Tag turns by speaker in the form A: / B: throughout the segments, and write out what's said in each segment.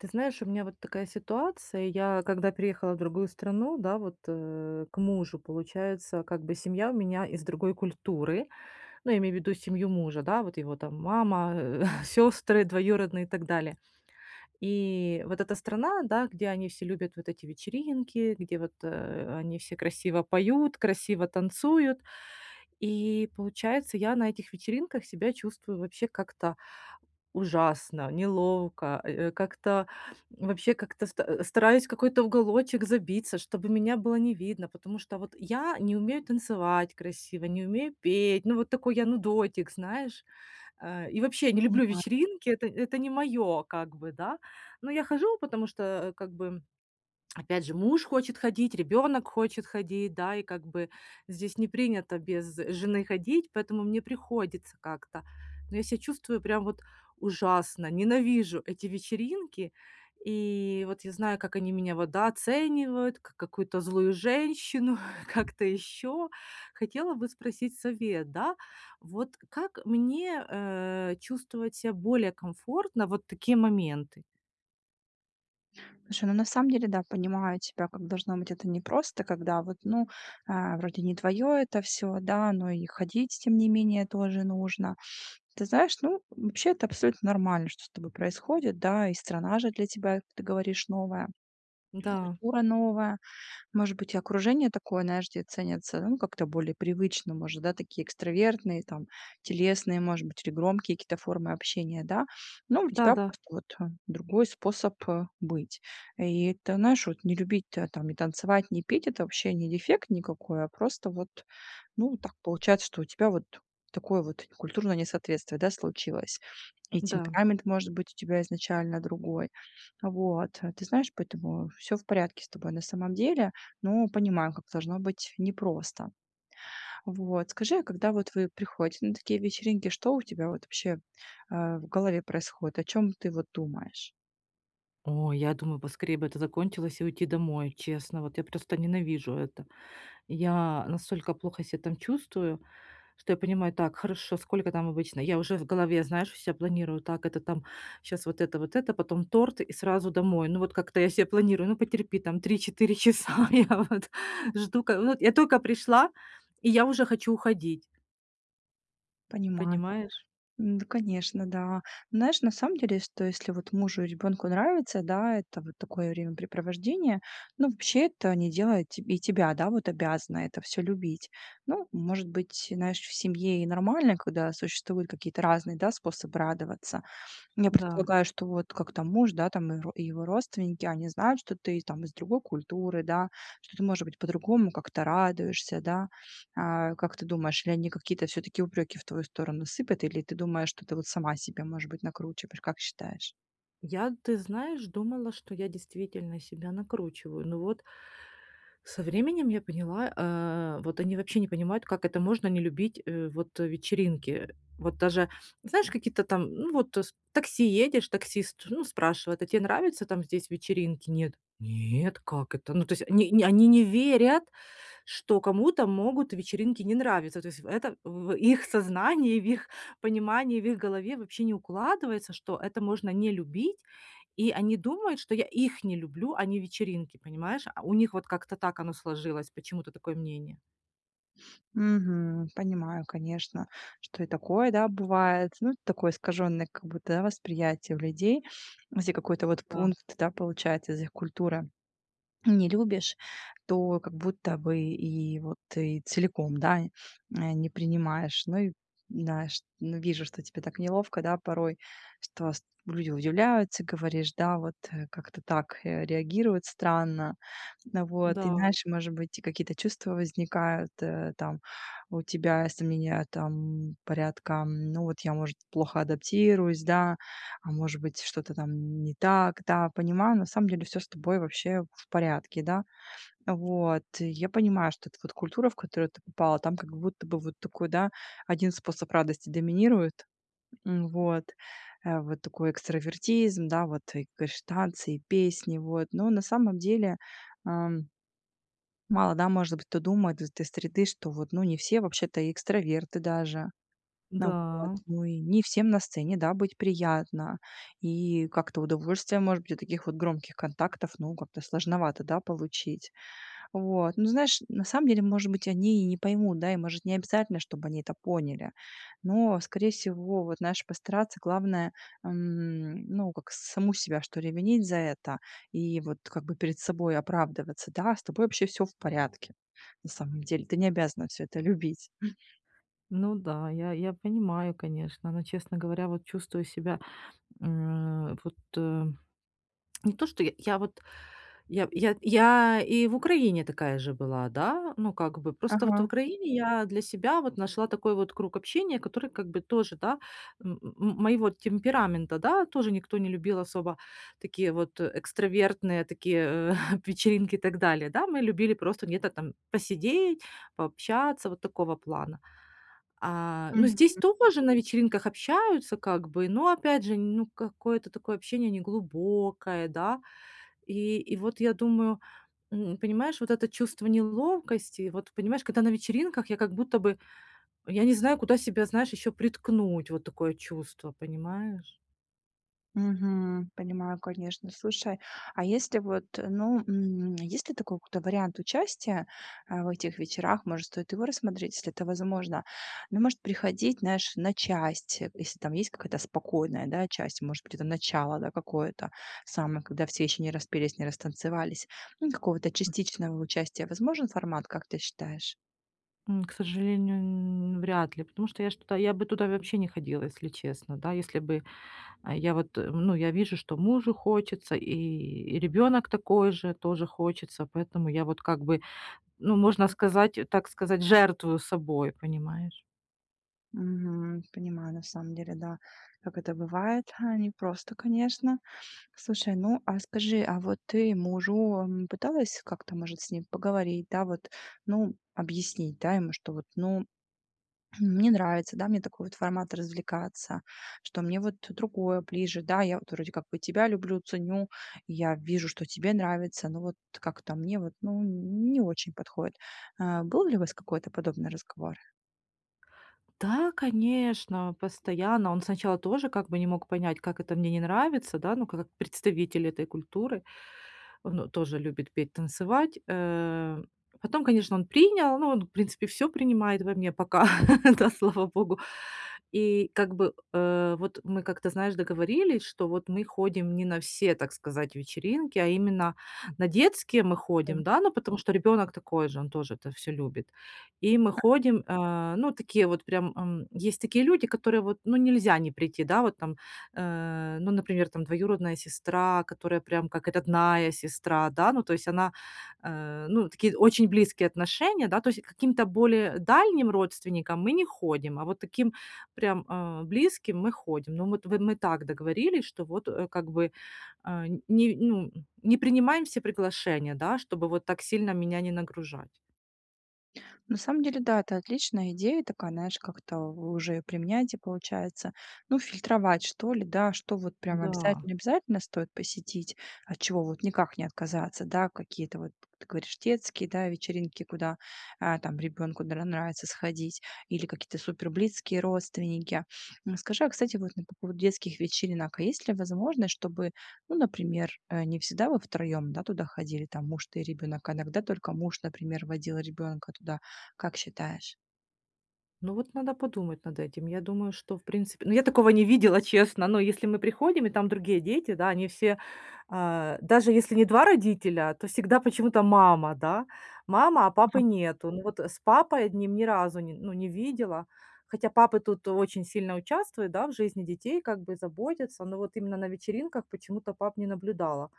A: Ты знаешь, у меня вот такая ситуация. Я когда переехала в другую страну, да, вот к мужу, получается, как бы семья у меня из другой культуры. Ну, я имею в виду семью мужа, да, вот его там мама, сестры двоюродные и так далее. И вот эта страна, да, где они все любят вот эти вечеринки, где вот они все красиво поют, красиво танцуют. И получается, я на этих вечеринках себя чувствую вообще как-то ужасно, неловко, как-то вообще как-то стараюсь в какой-то уголочек забиться, чтобы меня было не видно, потому что вот я не умею танцевать красиво, не умею петь, ну, вот такой я нудотик, знаешь. И вообще не люблю
B: Понимаю.
A: вечеринки, это не мое как бы, да. Но я хожу, потому что, как бы опять же, муж хочет ходить, ребенок хочет ходить, да, и как бы здесь не принято без жены ходить, поэтому мне приходится как-то. Но я себя чувствую прям вот ужасно, ненавижу эти вечеринки. И вот я знаю, как они меня вот, да, оценивают, как какую-то злую женщину, как-то еще. Хотела бы спросить совет, да, вот как мне чувствовать себя более комфортно вот такие моменты?
B: Слушай, ну на самом деле, да, понимаю тебя, как должно быть это непросто, когда вот, ну, вроде не твое это все, да, но и ходить, тем не менее, тоже нужно. Ты знаешь, ну, вообще это абсолютно нормально, что с тобой происходит, да, и страна же для тебя, как ты говоришь, новая, и
A: Да,
B: культура новая. Может быть, и окружение такое, знаешь, где ценятся, ну, как-то более привычно, может, да, такие экстравертные, там, телесные, может быть, или громкие какие-то формы общения, да. Но у
A: да,
B: тебя
A: да,
B: просто вот другой способ быть. И это, знаешь, вот не любить там и танцевать, не петь, это вообще не дефект никакой, а просто вот, ну, так получается, что у тебя вот такое вот культурное несоответствие, да, случилось. И
A: да.
B: темперамент, может быть, у тебя изначально другой. Вот. Ты знаешь, поэтому все в порядке с тобой на самом деле. Ну, понимаю, как должно быть непросто. Вот, скажи, а когда вот вы приходите на такие вечеринки, что у тебя вот вообще, в голове происходит? О чем ты вот думаешь?
A: О, я думаю, поскорее бы это закончилось и уйти домой, честно. Вот я просто ненавижу это. Я настолько плохо себя там чувствую, что я понимаю, так, хорошо, сколько там обычно? Я уже в голове, знаешь, все планирую, так, это там, сейчас вот это, потом торт и сразу домой. Ну вот как-то я себе планирую, ну потерпи, там три-четыре часа я вот жду. Вот я только пришла, и я уже хочу уходить,
B: Понимаю.
A: понимаешь?
B: М, да, конечно, да. Знаешь, на самом деле, что если вот мужу и ребенку нравится, да, это вот такое времяпрепровождение, ну, вообще это не делает теб и тебя, да, вот обязана это все любить. Ну, может быть, знаешь, в семье и нормально, когда существуют какие-то разные, да, способы радоваться. Я
A: Да.
B: предполагаю, что вот как там муж, да, там и ро- и его родственники, они знают, что ты там из другой культуры, да, что ты, может быть, по-другому как-то радуешься, да. А, как ты думаешь, или они какие-то все-таки упреки в твою сторону сыпят, или ты думаешь, что ты вот сама себе, может быть, накручиваешь, как считаешь?
A: Я, ты знаешь, думала, что я действительно себя накручиваю. Но вот со временем я поняла, вот они вообще не понимают, как это можно не любить, вечеринки. Вот даже, знаешь, какие-то там, с такси едешь, таксист, ну, спрашивает: "А те нравятся там здесь вечеринки?" "Нет". "Нет, как это?" Ну, то есть они не верят, что кому-то могут вечеринки не нравиться. То есть это в их сознании, в их понимании, в их голове вообще не укладывается, что это можно не любить, и они думают, что я их не люблю, а не вечеринки, понимаешь? А у них вот как-то так оно сложилось, почему-то такое мнение.
B: Мгм. Понимаю, конечно, что и такое, да, бывает, ну, такое искаженное как будто да, восприятие у людей, если какой-то вот
A: Да,
B: пункт, да, получается из их культуры. Не любишь, то как будто бы и вот и целиком, да, не принимаешь. Ну и знаешь, ну, вижу, что тебе так неловко, да, порой, что вас люди удивляются, говоришь, да, вот как-то так реагируют странно. Ну вот,
A: да,
B: и знаешь, может быть, и какие-то чувства возникают, там, у тебя сомнения, там, порядка, м, ну вот я, может, плохо адаптируюсь, да, а может быть, что-то там не так, да, понимаю, на самом деле все с тобой вообще в порядке, да, вот, и я понимаю, что это вот культура, в которую ты попала, там как будто бы вот такой, да, один способ радости доминирует, м, вот, вот такой экстравертизм, да, вот и говоришь, танцы, и песни, вот, но на самом деле ам, мало, да, может быть, кто думает из этой среды, что вот, ну, не все вообще-то и экстраверты даже, ну вот,
A: да,
B: ну и не всем на сцене, да, быть приятно. И как-то удовольствие, может быть, от таких вот громких контактов, ну, как-то сложновато, да, получить. Вот. Ну, знаешь, на самом деле, может быть, они и не поймут, да, и, может, не обязательно, чтобы они это поняли. Но, скорее всего, вот, знаешь, постараться, главное, м, ну, как саму себя, что ли, винить за это и вот как бы перед собой оправдываться, да, с тобой вообще все в порядке. На самом деле, ты не обязана все это любить.
A: ну да, я понимаю, конечно, но, честно говоря, вот чувствую себя, э, вот, э, не то, что я вот Я я и в Украине такая же была, да. Ну, как бы просто вот в
B: Ага.
A: Украине я для себя вот нашла такой вот круг общения, который как бы тоже, да, моего темперамента, да, тоже никто не любил особо такие вот экстравертные такие, э, вечеринки и так далее, да. Мы любили просто где-то там посидеть, пообщаться, вот такого плана. А, ну, здесь тоже на вечеринках общаются как бы, но опять же, ну, какое-то такое общение неглубокое, да. И вот я думаю, понимаешь, вот это чувство неловкости, вот понимаешь, когда на вечеринках я как будто бы, я не знаю, куда себя, знаешь, еще приткнуть, вот такое чувство, понимаешь?
B: Мгм. Понимаю, конечно. Слушай, а если вот, ну, м, есть ли такой какой-то вариант участия в этих вечерах? Может, стоит его рассмотреть, если это возможно? Ну, может, приходить, знаешь, на часть, если там есть какая-то спокойная, да, часть, может быть, это начало, да, какое-то самое, когда все еще не распились, не растанцевались. Ну, какого-то частичного участия возможен формат, как ты считаешь?
A: К сожалению, вряд ли, потому что я что-то, я бы туда вообще не ходила, если честно, да, если бы я вот, ну, я вижу, что мужу хочется, и ребенок такой же тоже хочется, поэтому я вот как бы, ну, можно сказать, так сказать, жертвую собой, понимаешь?
B: Мгм. Понимаю, на самом деле, да, как это бывает, непросто, конечно. Слушай, ну, а скажи, а вот ты мужу, м, пыталась как-то, может, с ним поговорить, да, вот, ну, объяснить, да, ему, что вот, ну, мне нравится, да, мне такой вот формат развлекаться, что мне вот другое ближе, да, я вот вроде как бы тебя люблю, ценю, я вижу, что тебе нравится, но вот как-то мне вот, ну, не очень подходит. А, был ли у вас какой-то подобный разговор?
A: Да, конечно, постоянно. Он сначала тоже как бы не мог понять, как это мне не нравится, да, ну, как представитель этой культуры. Он, тоже любит петь, танцевать. Э, потом, конечно, он принял, ну, он, в принципе, все принимает во мне пока, да, слава богу. И как бы, вот мы как-то, знаешь, договорились, что вот мы ходим не на все, так сказать, вечеринки, а именно на детские мы ходим, да, ну, потому что ребенок такой же, он тоже это все любит. И мы ходим, ну, такие вот прям, есть такие люди, которые вот, ну, нельзя не прийти, да, вот там, ну, например, там двоюродная сестра, которая прям как родная сестра, да, ну, то есть она, ну, такие очень близкие отношения, да, то есть к каким-то более дальним родственникам мы не ходим, а вот таким прям близким мы ходим. Ну, мы так договорились, что вот как бы а, не, ну, не принимаем все приглашения, да, чтобы вот так сильно меня не нагружать.
B: На самом деле, да, это отличная идея такая, знаешь, как-то вы уже её применяете, получается. Ну, фильтровать, что ли, да, что вот прям
A: Да.
B: обязательно-обязательно стоит посетить, от чего вот никак не отказаться, да, какие-то вот, ты говоришь, детские, да, вечеринки, куда, там ребенку нравится сходить, или какие-то суперблизкие родственники. М, скажи, а, кстати, вот на по поводу детских вечеринок, а есть ли возможность, чтобы, ну, например, не всегда вы втроем да, туда ходили, там муж, ты и ребенок а иногда только муж, например, водил ребенка туда? Как считаешь?
A: Ну вот надо подумать над этим. Я думаю, что в принципе ну я такого не видела, честно. Но если мы приходим, и там другие дети, да, они все, даже если не 2 родителя, то всегда почему-то мама, да. Мама, а папы
B: Ага.
A: нету. Ну вот с папой одним ни разу не видела. Хотя папы тут очень сильно участвуют, да, в жизни детей, как бы заботятся. Но вот именно на вечеринках почему-то пап не наблюдала.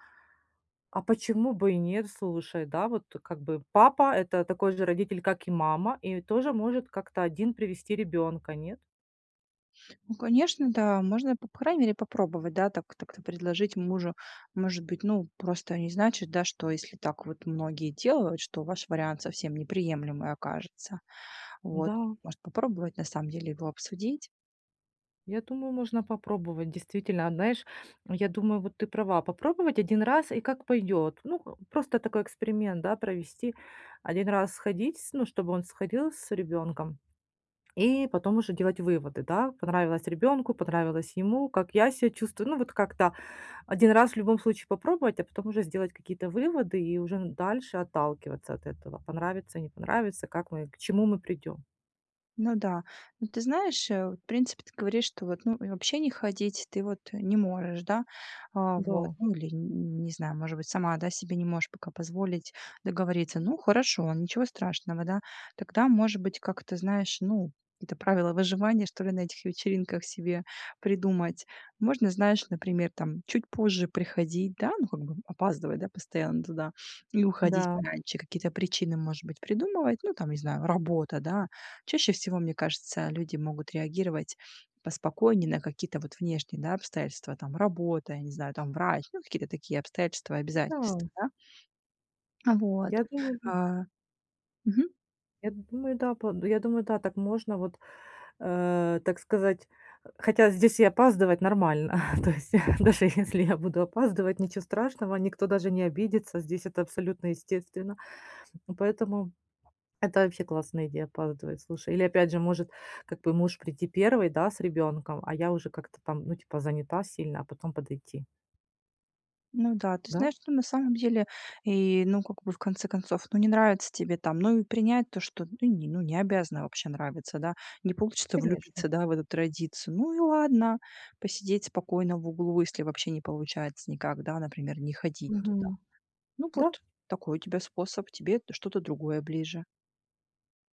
A: А почему бы и нет? Слушай, да, вот как бы папа- это такой же родитель, как и мама, и тоже может как-то один привести ребенка, нет?
B: Ну, конечно, да, можно, по крайней мере, попробовать, да, так так-то предложить мужу. Может быть, ну, просто не значит, да, что если так вот многие делают, что ваш вариант совсем неприемлемый окажется. Вот,
A: Да,
B: может попробовать на самом деле его обсудить.
A: я думаю, можно попробовать, действительно. А знаешь, я думаю, вот ты права, попробовать один раз и как пойдет. Ну, х просто такой эксперимент, да, провести. Один раз сходить, с ну, чтобы он сходил с ребенком, и потом уже делать выводы, да. Понравилось ребенку, понравилось ему, как я себя чувствую. Ну, вот как-то один раз в любом случае попробовать, а потом уже сделать какие-то выводы и уже дальше отталкиваться от этого. Понравится, не понравится, как мы к чему мы придем.
B: Ну да. Ну, ты знаешь, вот, в принципе, ты говоришь, что вот, ну, и вообще не ходить ты вот не можешь, да,
A: Да,
B: вот, ну, или, н- не знаю, может быть, сама, да, себе не можешь пока позволить договориться. Ну, хорошо, ничего страшного, да. Тогда, может быть, как-то, знаешь, ну, это правило выживания, что ли, на этих вечеринках себе придумать. Можно, знаешь, например, там, чуть позже приходить, да, ну, как бы опаздывать, да, постоянно туда, и уходить
A: да,
B: пораньше. Какие-то причины, может быть, придумывать, ну, там, не знаю, работа, да. Чаще всего, мне кажется, люди могут реагировать поспокойнее на какие-то вот внешние, да, обстоятельства, там работа, я не знаю, там врач, ну, какие-то такие обстоятельства,
A: да.
B: обязательства, да. А Вот.
A: Я думаю,
B: А,
A: д
B: мгм.
A: я думаю, да, по Я думаю, да, так можно вот, так сказать. Хотя здесь и опаздывать нормально. То есть даже если я буду опаздывать, ничего страшного, никто даже не обидится. Здесь это абсолютно естественно. Поэтому это вообще классная идея- опаздывать, слушай. Или опять же, может, как бы муж прийти первый, да, с ребенком, а я уже как-то там, ну, типа, занята сильно, а потом подойти.
B: Ну да, ты
A: Да,
B: знаешь, что на самом деле, и, ну, как бы в конце концов, ну, не нравится тебе там, ну, и принять то, что ну, не обязана вообще нравиться, да, не получится
A: конечно.
B: влюбиться, да, в эту традицию. Ну и ладно, посидеть спокойно в углу, если вообще не получается никак, да, например, не ходить.
A: Мгм.
B: Ну
A: Да,
B: вот такой у тебя способ, тебе что-то другое ближе.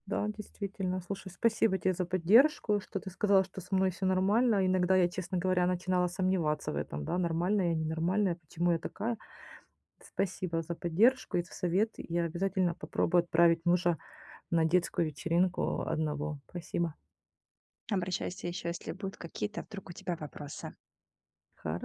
A: да, действительно. Слушай, спасибо тебе за поддержку, что ты сказала, что со мной все нормально. Иногда я, честно говоря, начинала сомневаться в этом, да, нормальная я, ненормальная, почему я такая. Спасибо за поддержку и за совет. Я обязательно попробую отправить мужа на детскую вечеринку одного. Спасибо.
B: Обращайся еще, если будут какие-то вдруг у тебя вопросы.
A: Хар